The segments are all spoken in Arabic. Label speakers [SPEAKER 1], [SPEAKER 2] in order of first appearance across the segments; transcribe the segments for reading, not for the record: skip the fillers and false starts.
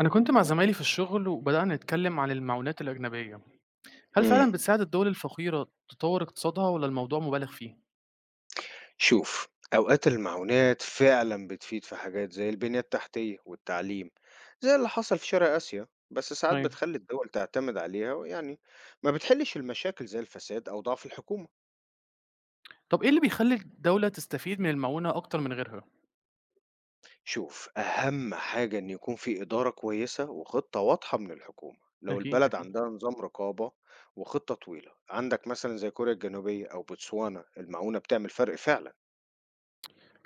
[SPEAKER 1] أنا كنت مع زمايلي في الشغل وبدأنا نتكلم عن المعونات الأجنبية، هل
[SPEAKER 2] إمم.
[SPEAKER 1] فعلا بتساعد الدول الفقيرة تطور اقتصادها ولا الموضوع مبالغ فيه؟
[SPEAKER 2] شوف، أوقات المعونات فعلًا بتفيد في حاجات زي البنية التحتية والتعليم، زي اللي حصل في شرق آسيا، بس ساعات
[SPEAKER 1] ايوه.
[SPEAKER 2] بتخلّي الدول تعتمد عليها ويعني ما بتحلّش المشاكل زي الفساد أو ضعف الحكومة.
[SPEAKER 1] طب إيه اللي بيخلي الدولة تستفيد من المعونة أكتر من غيرها؟
[SPEAKER 2] شوف، أهم حاجة إن يكون في إدارة كويسة وخطة واضحة من الحكومة، لو
[SPEAKER 1] اكيد
[SPEAKER 2] البلد
[SPEAKER 1] اكيد.
[SPEAKER 2] عندها نظام رقابة وخطة طويلة، عندك مثلًا زي كوريا الجنوبية أو بوتسوانا، المعونة بتعمل فرق فعلًا.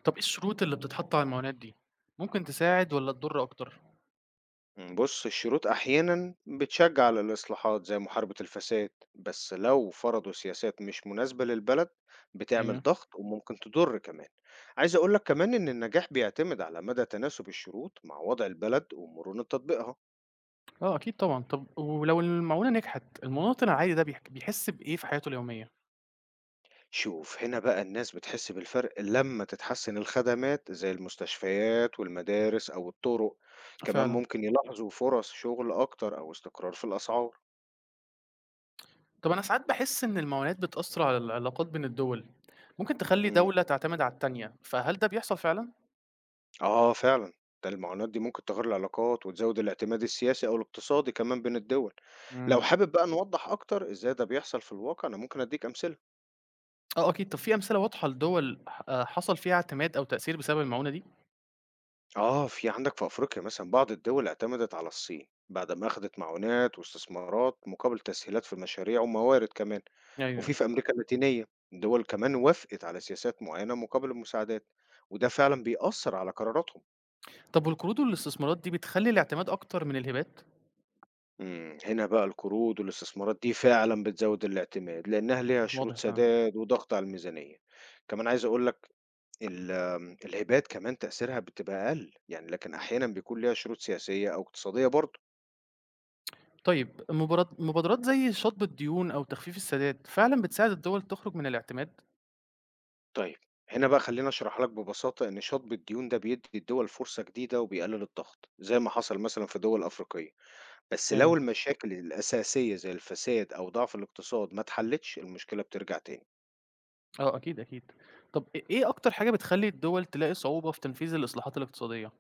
[SPEAKER 1] طب إيه الشروط اللي بتتحط على المعونات دي؟ ممكن تساعد ولا تضر أكتر؟
[SPEAKER 2] بص الشروط أحيانا بتشجع على الإصلاحات زي محاربة الفساد، بس لو فرضوا سياسات مش مناسبة للبلد بتعمل
[SPEAKER 1] ايوه.
[SPEAKER 2] ضغط وممكن تضر كمان. عايز أقولك كمان إن النجاح بيعتمد على مدى تناسب الشروط مع وضع البلد ومرونة تطبيقها.
[SPEAKER 1] آه أكيد طبعا، طب ولو المعونة نجحت المواطن العادي ده بيحس بإيه في حياته اليومية؟
[SPEAKER 2] شوف هنا بقى الناس بتحس بالفرق لما تتحسن الخدمات زي المستشفيات والمدارس أو الطرق، كمان
[SPEAKER 1] فعلا.
[SPEAKER 2] ممكن يلاحظوا فرص شغل أكتر أو استقرار في الأسعار.
[SPEAKER 1] طب أنا ساعات بحس إن المعونات بتأثر على العلاقات بين الدول، ممكن تخلي
[SPEAKER 2] مم.
[SPEAKER 1] دولة تعتمد على التانية، فهل ده بيحصل فعلا؟
[SPEAKER 2] آه فعلًا، ده المعاناة دي ممكن تغير العلاقات وتزود الاعتماد السياسي أو الاقتصادي كمان بين الدول. لو
[SPEAKER 1] مم.
[SPEAKER 2] حابب بقى نوضح أكتر إزاي ده بيحصل في الواقع أنا ممكن أديك أمثلة.
[SPEAKER 1] آه أكيد، طب في أمثلة واضحة لدول ح حصل فيها اعتماد أو تأثير بسبب المعونة دي؟
[SPEAKER 2] آه في عندك في أفريقيا مثلًا بعض الدول اعتمدت على الصين بعد ما أخدت معونات واستثمارات مقابل تسهيلات في مشاريع وموارد كمان، وفي
[SPEAKER 1] أيوه.
[SPEAKER 2] في أمريكا اللاتينية دول كمان وافقت على سياسات معينة مقابل المساعدات، وده فعلًا بيأثر على قراراتهم.
[SPEAKER 1] طب والقروض والاستثمارات دي بتخلّي الاعتماد أكتر من الهبات؟
[SPEAKER 2] إمم، هنا بقى القروض والاستثمارات دي فعلًا بتزوّد الاعتماد، لإنها ليها شروط
[SPEAKER 1] واضح فعلًا.
[SPEAKER 2] سداد وضغط على الميزانية. كمان عايز أقول لك ال آمم، الهبات كمان تأثيرها بتبقى أقل، يعني لكن أحيانًا بيكون ليها شروط سياسية أو اقتصادية برضه.
[SPEAKER 1] طيب مبادرات زي شطب الديون أو تخفيف السداد فعلًا بتساعد الدول تخرج من الاعتماد؟
[SPEAKER 2] طيب هنا بقى خلّيني أشرح لك ببساطة إن شطب الديون ده بيدّي الدول فرصة جديدة وبيقلل الضغط، زي ما حصل مثلًا في دول أفريقية، بس لو
[SPEAKER 1] أيوه،
[SPEAKER 2] المشاكل الأساسية زي الفساد أو ضعف الاقتصاد ما اتحلتش، المشكلة بترجع تاني.
[SPEAKER 1] آه أكيد، أكيد. طب إيه أكتر حاجة بتخلّي الدول تلاقي صعوبة في تنفيذ الإصلاحات الاقتصادية؟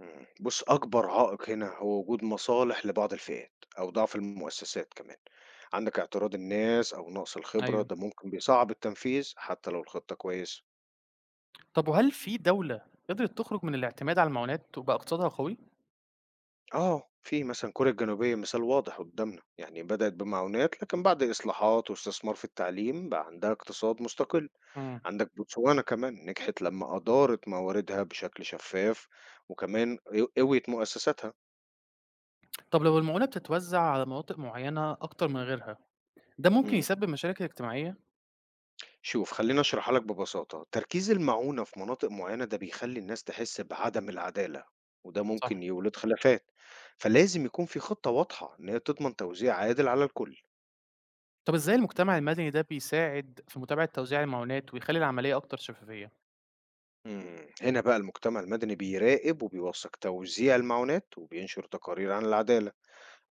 [SPEAKER 2] إمم. بُص، أكبر عائق هنا هو وجود مصالح لبعض الفئات أو ضعف المؤسسات كمان. عندك اعتراض الناس أو نقص الخبرة،
[SPEAKER 1] أيوه.
[SPEAKER 2] ده ممكن بيصعّب التنفيذ حتى لو الخطة كويسة.
[SPEAKER 1] طب وهل في دولة قدرت تخرج من الاعتماد على المعونات وبقى اقتصادها قوي؟
[SPEAKER 2] آه، في مثلًا كوريا الجنوبية مثال واضح قدّامنا، يعني بدأت بمعونات لكن بعد إصلاحات واستثمار في التعليم بقى عندها اقتصاد مستقل.
[SPEAKER 1] إمم.
[SPEAKER 2] عندك بوتسوانا كمان نجحت لمّا أدارت مواردها بشكل شفاف وكمان قوّيت مؤسساتها.
[SPEAKER 1] طب لو المعونة بتتوزع على مناطق معينة أكتر من غيرها ده ممكن
[SPEAKER 2] إمم.
[SPEAKER 1] يسبب مشاكل اجتماعية،
[SPEAKER 2] شوف خليني اشرحها لك ببساطة تركيز المعونة في مناطق معينة ده بيخلي الناس تحس بعدم العدالة، وده
[SPEAKER 1] صح.
[SPEAKER 2] ممكن يولد خلافات، فلازم يكون في خطة واضحة ان هي تضمن توزيع عادل على الكل.
[SPEAKER 1] طب إزاي المجتمع المدني ده بيساعد في متابعة توزيع المعونات ويخلّي العملية أكتر شفافية؟
[SPEAKER 2] مم. هنا بقى المجتمع المدني بيراقب وبيوثق توزيع المعونات وبينشر تقارير عن العدالة،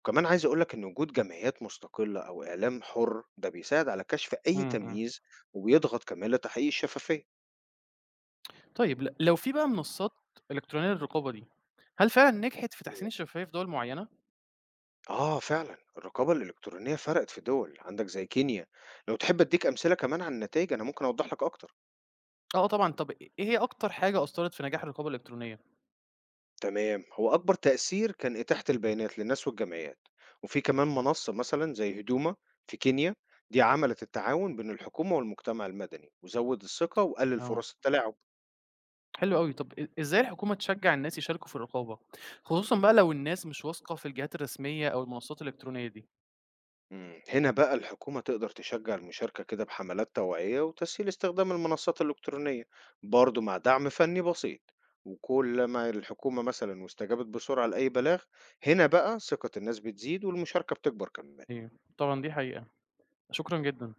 [SPEAKER 2] وكمان عايز اقولك ان وجود جمعيات مستقلة او اعلام حر ده بيساعد على كشف اي
[SPEAKER 1] إمم، إمم.
[SPEAKER 2] تمييز وبيضغط كمان لتحقيق الشفافية.
[SPEAKER 1] طيب لو في بقى منصات إلكترونية للرقابة دي، هل فعلًا نجحت في تحسين الشفافية في دول معينة؟
[SPEAKER 2] آه فعلا الرقابة الإلكترونية فرقت في دول عندك زي كينيا، لو تحب أديك أمثلة كمان عن النتائج أنا ممكن أوضح لك أكتر.
[SPEAKER 1] آه طبعًا، طب إيه هي أكتر حاجة أثّرت في نجاح الرقابة الإلكترونية؟
[SPEAKER 2] تمام هو أكبر تأثير كان إتاحة البيانات للناس والجمعيات، وفي كمان منصة مثلا زي هدوما في كينيا دي عملت التعاون بين الحكومة والمجتمع المدني وزود الثقة وقلل
[SPEAKER 1] آه،
[SPEAKER 2] فرص التلاعب.
[SPEAKER 1] حلو أوي. طب إزاي الحكومة تشجّع الناس يشاركوا في الرقابة، خصوصًا بقى لو الناس مش واثقة في الجهات الرسمية أو المنصات الإلكترونية دي؟
[SPEAKER 2] إمم، هنا بقى الحكومة تقدر تشجّع المشاركة كده بحملات توعية وتسهيل استخدام المنصات الإلكترونية، برضه مع دعم فني بسيط، وكل ما الحكومة مثلًا واستجابت بسرعة لأي بلاغ، هنا بقى ثقة الناس بتزيد والمشاركة بتكبر كمان.
[SPEAKER 1] أيوه، طبعًا دي حقيقة. شكرًا جدًا.